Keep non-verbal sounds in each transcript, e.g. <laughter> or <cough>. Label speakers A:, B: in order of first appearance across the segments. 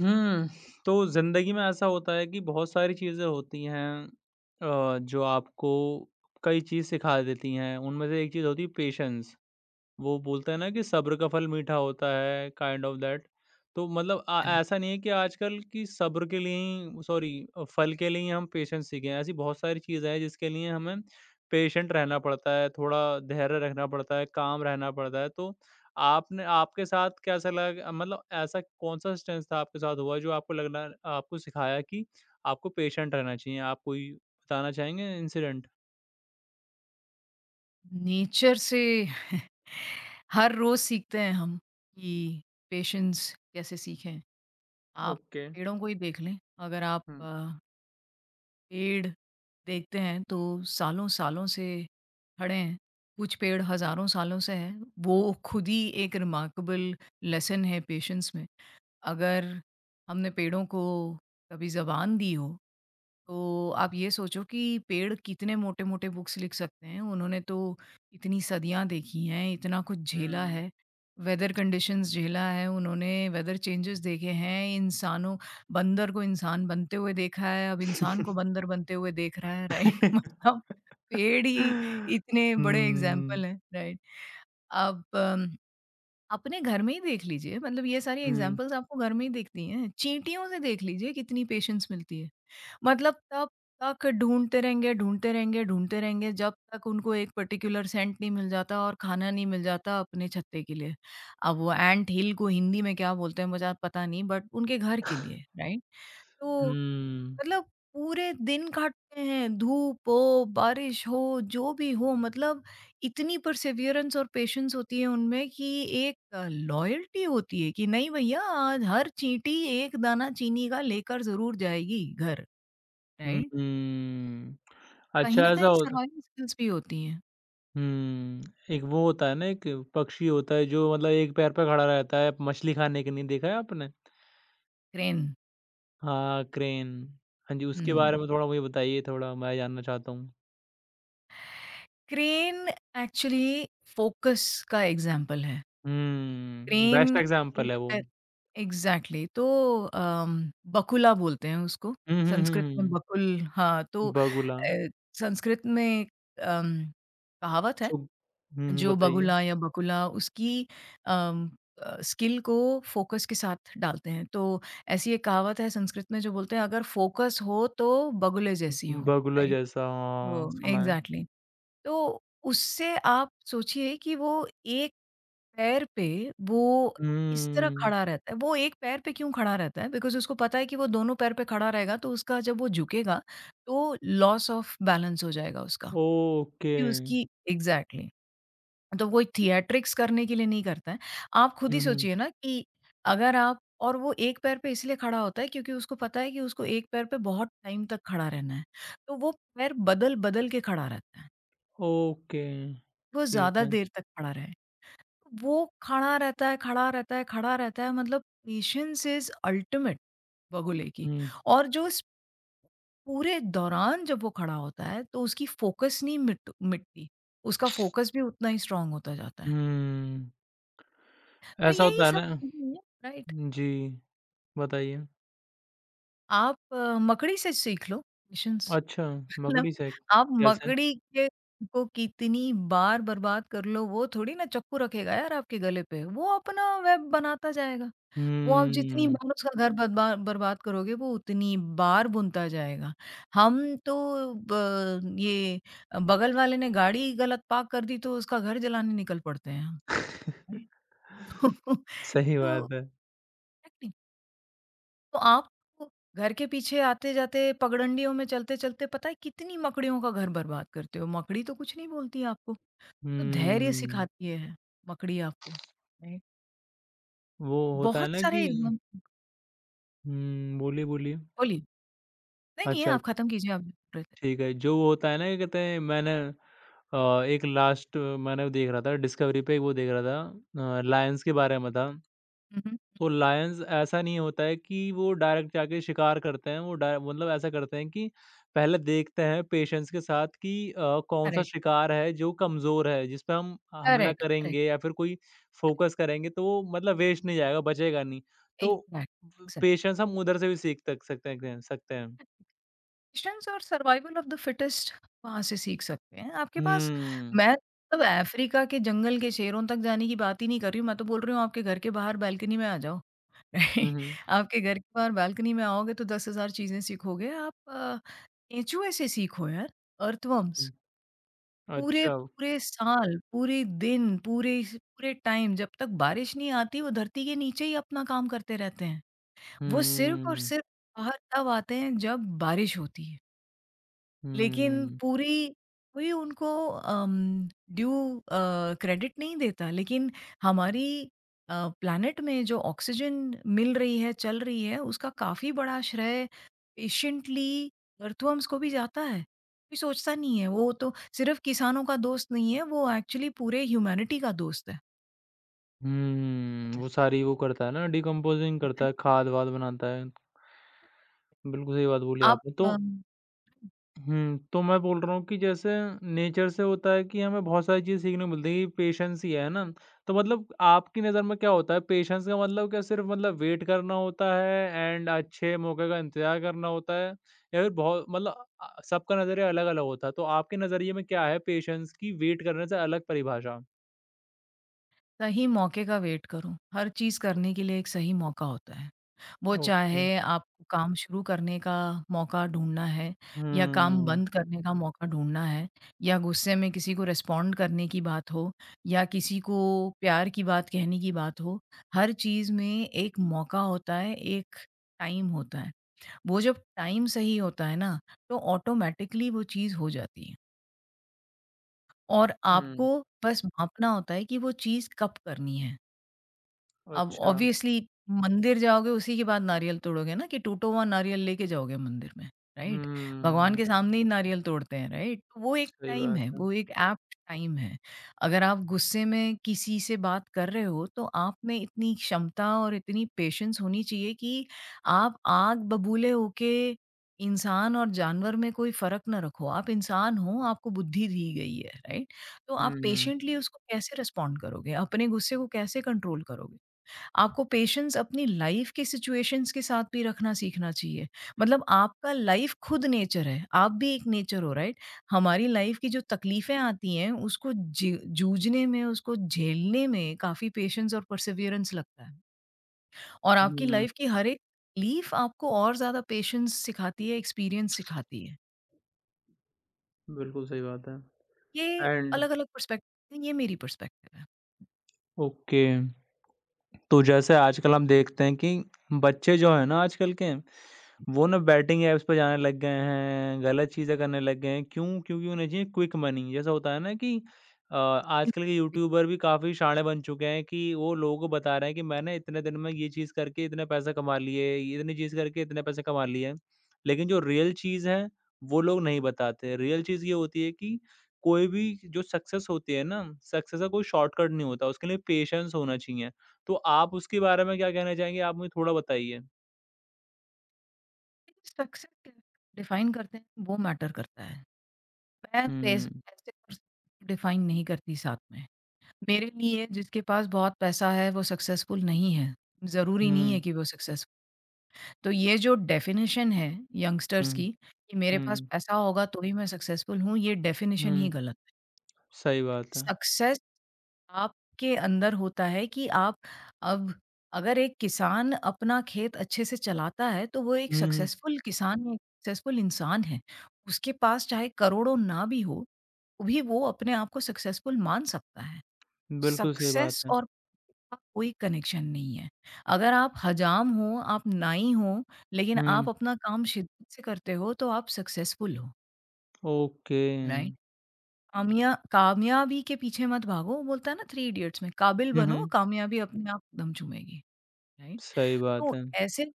A: हुँ, तो ज़िंदगी में ऐसा होता है कि बहुत सारी चीज़ें होती हैं, जो आपको कई चीज़ सिखा देती हैं। उनमें से एक चीज़ होती है पेशेंस। वो बोलते हैं ना कि सब्र का फल मीठा होता है, काइंड ऑफ दैट। तो मतलब
B: करेक्ट।
A: ऐसा नहीं है कि आजकल कि सब्र के लिए ही सॉरी, फल के लिए ही हम पेशेंस सीखें। ऐसी बहुत सारी चीज़ें हैं जिसके लिए हमें पेशेंट रहना पड़ता है, थोड़ा धैर्य रखना पड़ता है, काम रहना पड़ता है। तो आपने आपके साथ कैसा लगा, मतलब ऐसा कौन-सा इंस्टेंस था आपके साथ हुआ, जो आपको लगना आपको सिखाया कि आपको पेशेंट रहना चाहिए? आप कोई बताना चाहेंगे इंसिडेंट?
B: नेचर से <laughs> हर रोज सीखते हैं हम कि पेशेंस कैसे सीखें। आप
A: ओके।
B: पेड़ों को ही देख लें, अगर आप
A: हुँ,
B: पेड़ देखते हैं तो सालों-सालों से खड़े हैं, कुछ पेड़ हज़ारों सालों से हैं। वो खुद ही एक रिमार्केबल लेसन है पेशेंस में। अगर हमने पेड़ों को कभी ज़बान दी हो तो आप ये सोचो कि पेड़ कितने मोटे-मोटे बुक्स लिख सकते हैं। उन्होंने तो इतनी सदियाँ देखी हैं, इतना कुछ झेला
A: हुँ।
B: है, वेदर कंडीशंस झेला है, उन्होंने वेदर चेंजेस देखे हैं, इंसानों बंदर को इंसान बनते हुए देखा है, अब इंसान को बंदर बनते हुए देख रहा है, राइट? <laughs> मतलब पेड़
A: <laughs>
B: ही
A: हुँ,
B: इतने बड़े एग्ज़ाम्पल हैं, राइट? अब अपने घर में ही देख लीजिए, मतलब ये सारी
A: हुँ,
B: एग्ज़ाम्पल्स आपको घर में ही दिखती हैं। चींटियों से देख लीजिए कितनी पेशेंस मिलती है। मतलब तब तक ढूँढते रहेंगे, ढूँढते रहेंगे, ढूँढते रहेंगे जब तक उनको एक पर्टिकुलर सेंट नहीं मिल जाता और खाना नहीं मिल जाता अपने छत्ते के लिए। अब वो एंट हिल को हिंदी में क्या बोलते हैं मुझे पता नहीं बट उनके घर के लिए, राइट?
A: हुँ,
B: तो मतलब पूरे दिन काटते हैं, धूप हो, बारिश हो, जो भी हो मतलब इतनी परसेवरेंस और पेशेंस होती है उनमें कि एक लॉयल्टी होती है कि नहीं भैया आज हर चींटी एक दाना चीनी का लेकर ज़रूर जाएगी घर,
A: हुँ,
B: राइट?
A: हुँ।
B: कहीं
A: अच्छा,
B: न
A: हुँ। ऐसा
B: कहीं
A: होता।
B: सर्वाइवल स्किल्स भी होती हैं।
A: हुँ, एक वो होता है ना, एक पक्षी होता है जो मतलब एक पैर पे खड़ा रहता है, मछली खाने के लिए, देखा है आपने?
B: क्रेन
A: हाँ, क्रेन। हाँ जी, उसके बारे
B: हुँ।
A: में थोड़ा मुझे बताइए, थोड़ा मैं जानना चाहता हूँ?
B: क्रेन एक्चुअली फ़ोकस का एग्ज़ाम्पल है।
A: हुँ, बेस्ट
B: क्रेन
A: एग्ज़ाम्पल
B: एक
A: है वो।
B: है एग्ज़ैक्टली तो अम, बकुला बोलते हैं उसको,
A: हुँ, हुँ, हुँ,
B: संस्कृत में
A: हुँ।
B: बकुल हाँ, तो
A: बगुला,
B: संस्कृत में एक, अम, कहावत है
A: सु हुँ,
B: जो
A: बताइए?
B: बगुला या बकुला उसकी अम, स्किल को फ़ोकस के साथ डालते हैं। तो ऐसी एक कहावत है संस्कृत में जो बोलते हैं अगर फ़ोकस हो तो बगुले जैसी हो,
A: बगुला
B: राइट?
A: जैसा, हाँ,
B: वो
A: सुना है।
B: एग्ज़ैक्टली। तो उससे आप सोचिए कि वो एक पैर पे वो इस तरह
A: हुँ,
B: खड़ा रहता है। वो एक पैर पे क्यों खड़ा रहता है? बिकॉज़ उसको पता है कि वो दोनों पैर पे खड़ा रहेगा तो उसका जब वो झुकेगा तो लॉस ऑफ बैलेंस हो जाएगा उसका।
A: ओके।
B: कि उसकी एग्ज़ैक्टली। तो वो थिएट्रिक्स करने के लिए नहीं करता है। आप खुद ही
A: हुँ, हुँ।
B: सोचिए ना कि अगर आप और वो एक पैर पे इसलिए खड़ा होता है क्योंकि उसको पता है कि उसको एक पैर पे बहुत टाइम तक खड़ा रहना है। तो वो पैर बदल-बदल के खड़ा रहता है।
A: ओके,
B: वो
A: ठीक
B: ज़्यादा
A: है।
B: देर तक खड़ा रहे। वो खड़ा रहता है, खड़ा रहता है, खड़ा रहता है मतलब पेशेंस इज़ अल्टीमेट बगुले की
A: हुँ,
B: और जो इस पूरे दौरान जब वो खड़ा होता है तो उसकी फ़ोकस नहीं मिटती। उसका फ़ोकस भी उतना ही स्ट्रॉन्ग होता जाता है।
A: हुँ।
B: तो
A: ऐसा
B: यही
A: होता है
B: सब
A: ना,
B: चीज़ें हैं, राइट?
A: जी, बताइए?
B: आप मकड़ी से सीख लो पेशेंस
A: अच्छा,
B: <laughs> मतलब
A: मकड़ी सेक
B: आप
A: कैसे?
B: मकड़ी के को कितनी बार बर्बाद कर लो, वो थोड़ी ना चाकू रखेगा यार आपके गले पे। वो अपना वेब बनाता जाएगा। वो आप जितनी
A: हुँ।
B: बार उसका घर बदबा बर्बाद करोगे वो उतनी बार बुनता जाएगा। हम तो ब ये बगल वाले ने गाड़ी गलत पार्क कर दी तो उसका घर जलाने निकल पड़ते हैं हम।
A: <laughs>
B: <laughs>
A: सही
B: तो
A: बात है।
B: एक्टिंग तो आपको घर के पीछे आते-जाते पगडंडियों में चलते-चलते पता है कितनी मकड़ियों का घर बर्बाद करते हो। मकड़ी तो कुछ नहीं बोलती आपको, तो धैर्य
A: हुँ,
B: सिखाती है मकड़ी आपको। राइट।
A: वो होता है
B: बहुत
A: ना कि
B: सारे एग्ज़ाम्पल
A: हुँ, बोलिए, बोलिए।
B: बोलिए। नहीं, नहीं
A: अच्छा,
B: आप खत्म कीजिए आप जो बोल रहे थे।
A: ठीक है। जो वो होता है ना, क्या कहते हैं, मैंने एक लास्ट मैंने वो देख रहा था, डिस्कवरी पे एक वो देख रहा था, लायंस के बारे में था।
B: हुँ, हुँ।
A: तो लायंस ऐसा नहीं होता है कि वो डायरेक्ट जाके शिकार करते हैं, वो डाय मतलब ऐसा करते हैं कि पहले देखते हैं पेशेंस के साथ कि कौन-सा
B: करेक्ट,
A: शिकार है जो कमज़ोर है, जिस पे हम हमला
B: करेक्ट, करेक्ट,
A: करेंगे या फिर कोई
B: करेक्ट।
A: फ़ोकस करेंगे तो वो मतलब वेस्ट नहीं जाएगा, बचेगा नहीं। तो
B: एग्ज़ैक्ट,
A: व
B: एग्ज़ैक्ट।
A: पेशेंस हम उधर से भी सीख तक सकते हैं, कह सकते हैं।
B: पेशेंस और सर्वाइवल ऑफ द फिटेस्ट वहाँ से सीख सकते हैं। आपके पास
A: हुँ।
B: मैं मतलब अफ्रीका के जंगल के शेरों तक जाने की बात ही नहीं कर रही हूँ, मैं तो बोल रही हूँ आपके घर के बाहर बालकनी में आ जाओ। <laughs>
A: हुँ,
B: राइट?
A: हुँ।
B: आपके घर के बाहर बालकनी में आओगे तो 10,000 चीज़ें सीखोगे। आप केंचुए से सीखो यार, अर्थवर्म्स।
A: हुँ।
B: पूरे
A: अच्छा।
B: पूरे साल, पूरे दिन, पूरे टाइम जब तक बारिश नहीं आती वो धरती के नीचे ही अपना काम करते रहते हैं। वो सिर्फ़ और
A: हुँ,
B: सिर्फ़ बाहर तब आते हैं जब बारिश होती है। लेकिन
A: हुँ,
B: पूरी कोई उनको ड्यू क्रेडिट नहीं देता लेकिन हमारी अ, प्लैनेट में जो ऑक्सीजन मिल रही है, चल रही है, उसका काफ़ी बड़ा श्रेय पेशेंटली अर्थवर्म्स को भी जाता है। कोई सोचता नहीं है, वो तो सिर्फ़ किसानों का दोस्त नहीं है, वो एक्चुअली पूरे ह्यूमैनिटी का दोस्त है।
A: हुँ। वो सारी वो करता है ना, डिकम्पोज़िंग
B: <laughs>
A: करता
B: Right.
A: है, खाद-वाद बनाता है। बिल्कुल सही बात बोली
B: आप
A: आपने। तो
B: अम
A: हुँ, तो मैं बोल रहा हूँ कि जैसे नेचर से होता है कि हमें बहुत सारी चीज़ें सीखने को मिलती है कि पेशेंस ही है ना? तो मतलब आपकी नज़र में क्या होता है, पेशेंस का मतलब क्या सिर्फ़ मतलब वेट करना होता है एंड अच्छे मौके का इंतज़ार करना होता है? या फिर बहुत मतलब सबका नज़रिया अलग-अलग होता है। तो आपके नज़रिए में क्या है पेशेंस की वेट करने से अलग परिभाषा?
B: सही मौके का वेट करो। हर चीज़ करने के लिए एक सही मौका होता है। वो
A: ओके।
B: चाहे आपको काम शुरू करने का मौका ढूँढना है या काम
A: हुँ।
B: बंद करने का मौका ढूँढना है या गुस्से में किसी को रिस्पॉन्ड करने की बात हो या किसी को प्यार की बात कहने की बात हो, हर चीज़ में एक मौका होता है, एक टाइम होता है। वो जब टाइम सही होता है ना, तो ऑटोमैटिकली वो चीज़ हो जाती है और आपको
A: हुँ,
B: बस भाँपना होता है कि वो चीज़ कब करनी है। अब
A: अच्छा।
B: ऑब्वियसली मंदिर जाओगे उसी के बाद नारियल तोड़ोगे ना कि टूटा हुआ नारियल लेके जाओगे मंदिर में, राइट? भगवान
A: हुँ,
B: के सामने ही नारियल तोड़ते हैं, राइट? तो वो एक
A: सही
B: टाइम
A: बात
B: है,
A: है।
B: वो एक ऐप्ट टाइम है। अगर आप गुस्से में किसी से बात कर रहे हो तो आप में इतनी क्षमता और इतनी पेशेंस होनी चाहिए कि आप आग बबूले होके इंसान और जानवर में कोई फ़र्क ना रखो। आप इंसान हो, आपको बुद्धि दी गई है, राइट? तो आप
A: हुँ,
B: पेशेंटली उसको कैसे रिस्पॉन्ड करोगे? अपने गुस्से को कैसे कंट्रोल करोगे? आपको पेशेंस अपनी लाइफ के सिचुएशंस के साथ भी रखना सीखना चाहिए। मतलब आपका लाइफ खुद नेचर है, आप भी एक नेचर हो राइट? हमारी लाइफ की जो तकलीफ़ें आती हैं उसको जूझने में, उसको झेलने में काफ़ी पेशेंस और परसेवरेंस लगता है। और आपकी
A: हुँ।
B: लाइफ की हर एक तकलीफ आपको और ज़्यादा पेशेंस सिखाती है, एक्सपीरियंस सिखाती है।
A: बिल्कुल सही बात
B: ये
A: है एंड
B: अलग-अलग पर्सपेक्टिव ये मेरी पर्सपेक्टिव है।
A: ओके। तो जैसे आजकल हम देखते हैं कि बच्चे जो हैं ना आजकल के, वो ना बेटिंग ऐप्स पे जाने लग गए हैं, गलत चीज़ें करने लग गए हैं। क्यों? क्योंकि उन्हें चाहिए क्विक मनी। जैसा होता है ना कि आजकल के
B: <laughs>
A: यूट्यूबर भी काफ़ी शाणे बन चुके हैं कि वो लोगों को बता रहे हैं कि मैंने इतने दिन में ये चीज़ करके इतने पैसे कमा लिए, इतनी चीज़ करके इतने पैसे कमा लिए। लेकिन जो रियल चीज़ है, वो लोग नहीं बताते। रियल चीज़ ये होती है कि कोई भी जो सक्सेस होती है ना, सक्सेस का कोई शॉर्टकट नहीं होता। उसके लिए पेशेंस होना चाहिए। तो आप उसके बारे में क्या कहना चाहेंगे? आप मुझे थोड़ा बताइए?
B: सक्सेस डिफाइन करते हैं वो मैटर करता है। मैं पैस
A: हुँ।
B: पैसे और डिफाइन नहीं करती साथ में। मेरे लिए जिसके पास बहुत पैसा है वो सक्सेसफुल नहीं है, ज़रूरी नहीं है
A: हुँ,
B: कि वो सक्सेसफुल। तो ये जो डेफ़िनिशन है यंगस्टर्स
A: हुँ,
B: की कि मेरे पास
A: हुँ,
B: पैसा होगा तो ही मैं सक्सेसफुल हूँ, ये डेफ़िनिशन ही
A: हुँ।
B: गलत है।
A: सही बात है।
B: सक्सेस आपके अंदर होता है कि आप अब अगर एक किसान अपना खेत अच्छे से चलाता है तो वो एक
A: हुँ, हुँ।
B: सक्सेसफुल किसान, एक सक्सेसफुल इंसान है। उसके पास चाहे करोड़ों ना भी हो भी वो अपने आप को सक्सेसफुल मान सकता है।
A: बिल्कुल सही बात
B: सक्सेस
A: है।
B: और का कोई कनेक्शन नहीं है। अगर आप हजाम हो, आप नाई हो, लेकिन आप
A: हुँ,
B: अपना काम शिद्दत से करते हो, तो आप सक्सेसफुल हो,
A: ओके।
B: राइट? कामयाबी के पीछे मत भागो, वो बोलता है ना थ्री इडियट्स में, काबिल
A: हुँ,
B: बनो,
A: हुँ।
B: कामयाबी अपने आप दम चूमेगी, राइट?
A: सही बात
B: तो
A: है।
B: ऐसे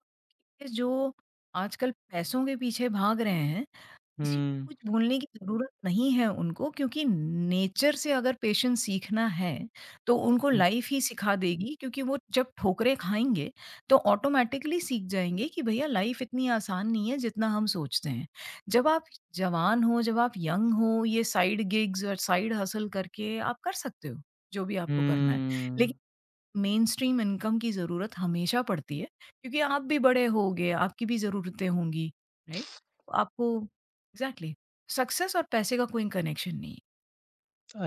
B: जो आजकल पैसों के पीछे भाग रहे हैं किसी को
A: हुँ,
B: कुछ बोलने की ज़रूरत नहीं है उनको क्योंकि नेचर से अगर पेशेंस सीखना है, तो उनको
A: हुँ,
B: लाइफ़ ही सिखा देगी क्योंकि वो जब ठोकरें खाएँगे, तो ऑटोमैटिकली सीख जाएँगे कि भैया लाइफ़ इतनी आसान नहीं है जितना हम सोचते हैं। जब आप जवान हो, जब आप यंग हो, ये साइड गिग्स और साइड हसल करके आप कर सकते हो, जो भी
A: हुँ।
B: आपको करना है। लेकिन मेन स्ट्रीम इनकम की ज़रूरत हमेशा पड़ती है, क्योंकि आप भी बड़े होगे, आपकी भी ज़रूरतें होंगी, राइट? आपको एग्ज़ैक्टली सक्सेस और पैसे का कोई कनेक्शन नहीं है,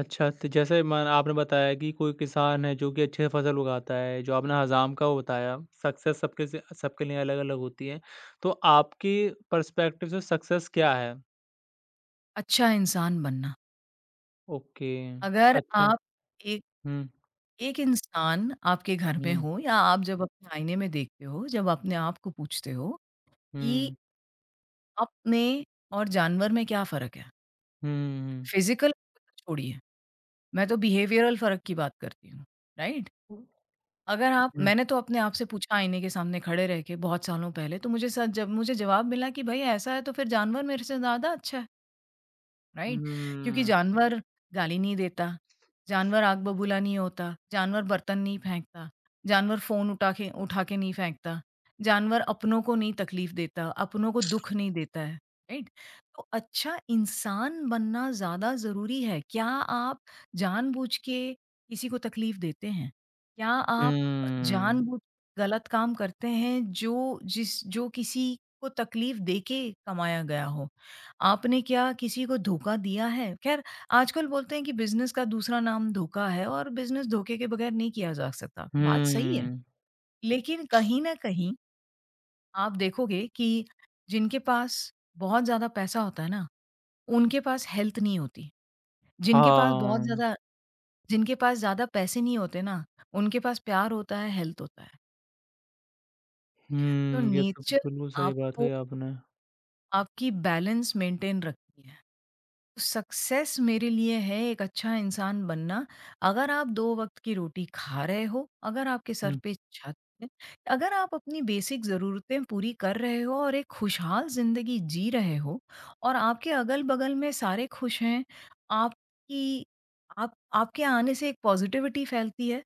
A: अच्छा, तो जैसे म आपने बताया कि कोई किसान है जो कि अच्छे से फ़सल उगाता है, जो आपने हज़ाम का वो बताया, सक्सेस सबके लिए अलग-अलग होती है। तो आपके पर्सपेक्टिव से सक्सेस क्या है?
B: अच्छा इंसान बनना।
A: ओके,
B: अगर
A: अच्छा।
B: आप एक
A: हुँ।
B: एक इंसान आपके घर में
A: हुँ,
B: हो या आप जब अपने आईने में देखते हो, जब अपने आप को पूछते हो कि
A: हुँ,
B: आप में और जानवर में क्या फ़र्क है?
A: हुँ, हुँ।
B: फ़िज़िकल छोड़िए, मैं तो बिहेवियरल फ़र्क की बात करती हूँ, राइट? अगर आप
A: हुँ,
B: मैंने तो अपने आप से पूछा आईने के सामने खड़े रह के बहुत सालों पहले, तो मुझे स जब मुझे जवाब मिला कि भई ऐसा है तो फिर जानवर मेरे से ज़्यादा अच्छा है। राइट? क्योंकि
A: हुँ,
B: जानवर गाली नहीं देता, जानवर आग बबूला नहीं होता, जानवर बर्तन नहीं फेंकता, जानवर फ़ोन उठा के नहीं फेंकता, जानवर अपनों को नहीं तकलीफ़ देता, अपनों को दुःख नहीं देता है, राइट? तो अच्छा इंसान बनना ज़्यादा ज़रूरी है। क्या आप जानबूझ के किसी को तकलीफ़ देते हैं? क्या आप
A: हुँ,
B: जानबूझ के गलत काम करते हैं जो जिस जो किसी को तकलीफ़ देके कमाया गया हो? आपने क्या किसी को धोखा दिया है? ख़ैर आजकल बोलते हैं कि बिज़नेस का दूसरा नाम धोखा है और बिज़नेस धोखे के बगैर नहीं किया जा सकता। बात सही है।
A: हुँ,
B: लेकिन कहीं न कहीं आप देखोगे कि जिनके पास बहुत ज़्यादा पैसा होता है ना, उनके पास हेल्थ नहीं होती। जिनके पास बहुत
A: हाँ,
B: ज़्यादा जिनके पास ज़्यादा पैसे नहीं होते ना, उनके पास प्यार होता है, हेल्थ होता है। तो
A: हुँ, ये तो
B: नेचर
A: बिल्कुल सही बात
B: आपको
A: कही आपने।
B: आपकी बैलेंस मेंटेन रखती है। सक्सेस मेरे लिए है एक अच्छा इंसान बनना। अगर आप 2 वक़्त की रोटी खा रहे हो, अगर आपके सर
A: हुँ,
B: पे छत है, अगर आप अपनी बेसिक ज़रूरतें पूरी कर रहे हो और एक खुशहाल ज़िंदगी जी रहे हो और आपके अगल-बगल में सारे खुश हैं, आपकी आप आपके आने से एक पॉज़िटिविटी फैलती है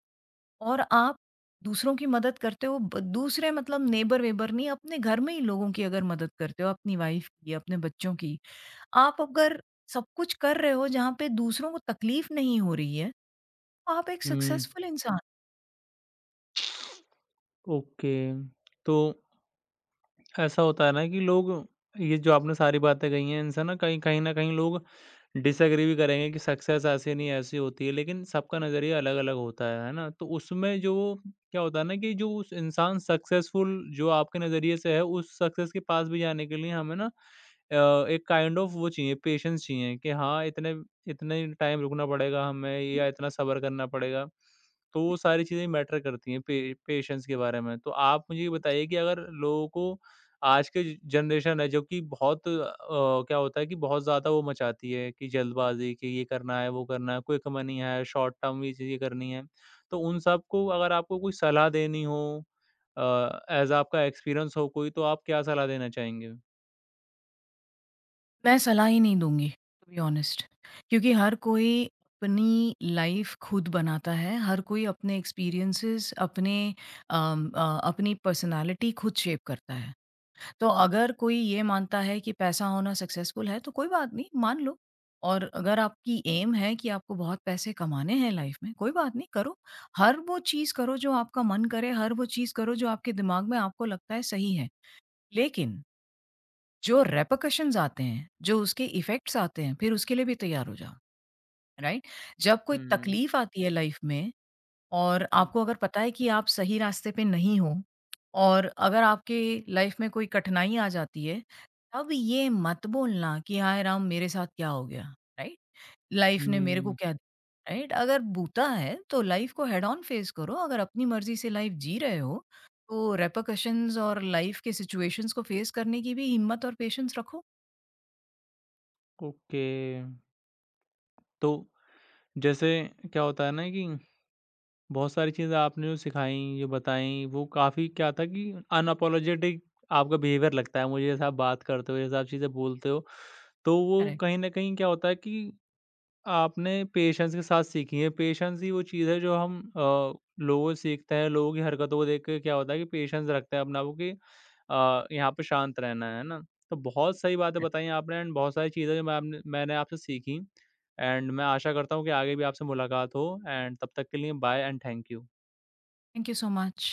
B: और आप दूसरों की मदद करते हो। ब दूसरे मतलब नेबर-वेबर नहीं, अपने घर में ही लोगों की अगर मदद करते हो, अपनी वाइफ़ की, अपने बच्चों की आप अगर सब कुछ कर रहे हो जहाँ पे दूसरों को तकलीफ नहीं हो रही है, तो आप एक
A: हुँ,
B: सक्सेसफुल इंसान।
A: ओके, तो ऐसा होता है ना कि लोग ये जो आपने सारी बातें कही हैं, इनसे ना कहीं कहीं न कहीं लोग डिसएग्री भी करेंगे कि सक्सेस ऐसी नहीं ऐसी होती है, लेकिन सबका नज़रिया अलग-अलग होता है ना? तो उसमें जो क्या होता है ना कि जो उस इंसान सक्सेसफुल जो आपके नज़रिए से है, उस सक्सेस के पास भी जाने के लिए हमें ना एक काइंड ऑफ वो चाहिए, पेशेंस चाहिए कि हाँ, इतने इतने टाइम रुकना पड़ेगा हमें, या इतना सब्र करना पड़ेगा। तो वो सारी चीज़ें मैटर करती हैं पे पेशेंस के बारे में। तो आप मुझे ये बताइए कि अगर लोगों को आज की ज जनरेशन है जो कि बहुत क्या होता है कि बहुत ज़्यादा वो मचाती है कि जल्दबाज़ी कि ये करना है, वो करना है, क्विक मनी है, शॉर्ट टर्म ये चीज़ें करनी है। तो उन सब को अगर आपको कोई सलाह देनी हो, ऐज़ आपका एक्सपीरियंस हो कोई, तो आप क्या सलाह देना चाहेंगे?
B: मैं सलाह ही नहीं दूँगी टू बी ऑनेस्ट क्योंकि हर कोई अपनी लाइफ खुद बनाता है, हर कोई अपने एक्सपीरियंसेस अपनी पर्सनैलिटी खुद शेप करता है। तो अगर कोई ये मानता है कि पैसा होना सक्सेसफुल है तो कोई बात नहीं, मान लो और अगर आपकी एम है कि आपको बहुत पैसे कमाने हैं लाइफ में, कोई बात नहीं करो। हर वो चीज़ करो जो आपका मन करे, हर वो चीज़ करो जो आपके दिमाग में आपको लगता है सही है। लेकिन जो रिपरकशंस आते हैं, जो उसके इफ़ेक्ट्स आते हैं, फिर उसके लिए भी तैयार हो जाओ, राइट? जब कोई
A: हुँ।
B: तकलीफ आती है लाइफ में और आपको अगर पता है कि आप सही रास्ते पे नहीं हो और अगर आपके लाइफ में कोई कठिनाई आ जाती है, तब ये मत बोलना कि हाय राम! मेरे साथ क्या हो गया, राइट? लाइफ ने मेरे को
A: हुँ,
B: क्या दिया, राइट? अगर बूता है तो लाइफ को हेड ऑन फेस करो, अगर अपनी मर्ज़ी से लाइफ जी रहे हो, तो रिपरकशंस और लाइफ के सिचुएशंस को फेस करने की भी हिम्मत और पेशेंस रखो।
A: ओके। तो जैसे क्या होता है ना कि बहुत सारी चीज़ें आपने जो सिखाई, जो बताई, वो काफ़ी क्या था कि अनअपोलोजेटिक आपका बिहेवियर लगता है मुझे, जैसा आप बात करते हो, जैसा आप चीज़ें बोलते हो। तो वो
B: करेक्ट।
A: कहीं न कहीं क्या होता है कि आपने पेशेंस के साथ सीखी है। पेशेंस ही वो चीज़ है जो हम लोगों से सीखते हैं, लोगों की हरकतों को देख के क्या होता है कि पेशेंस रखते हैं अपना वो कि यहाँ पे शांत रहना है ना? तो बहुत सही बातें बताई आपने, एंड बहुत सारी चीज़ें जो मैंने आपसे सीखी, एंड मैं आशा करता हूँ कि आगे भी आपसे मुलाकात हो, एंड तब तक के लिए bye and thank you.
B: Thank you so much.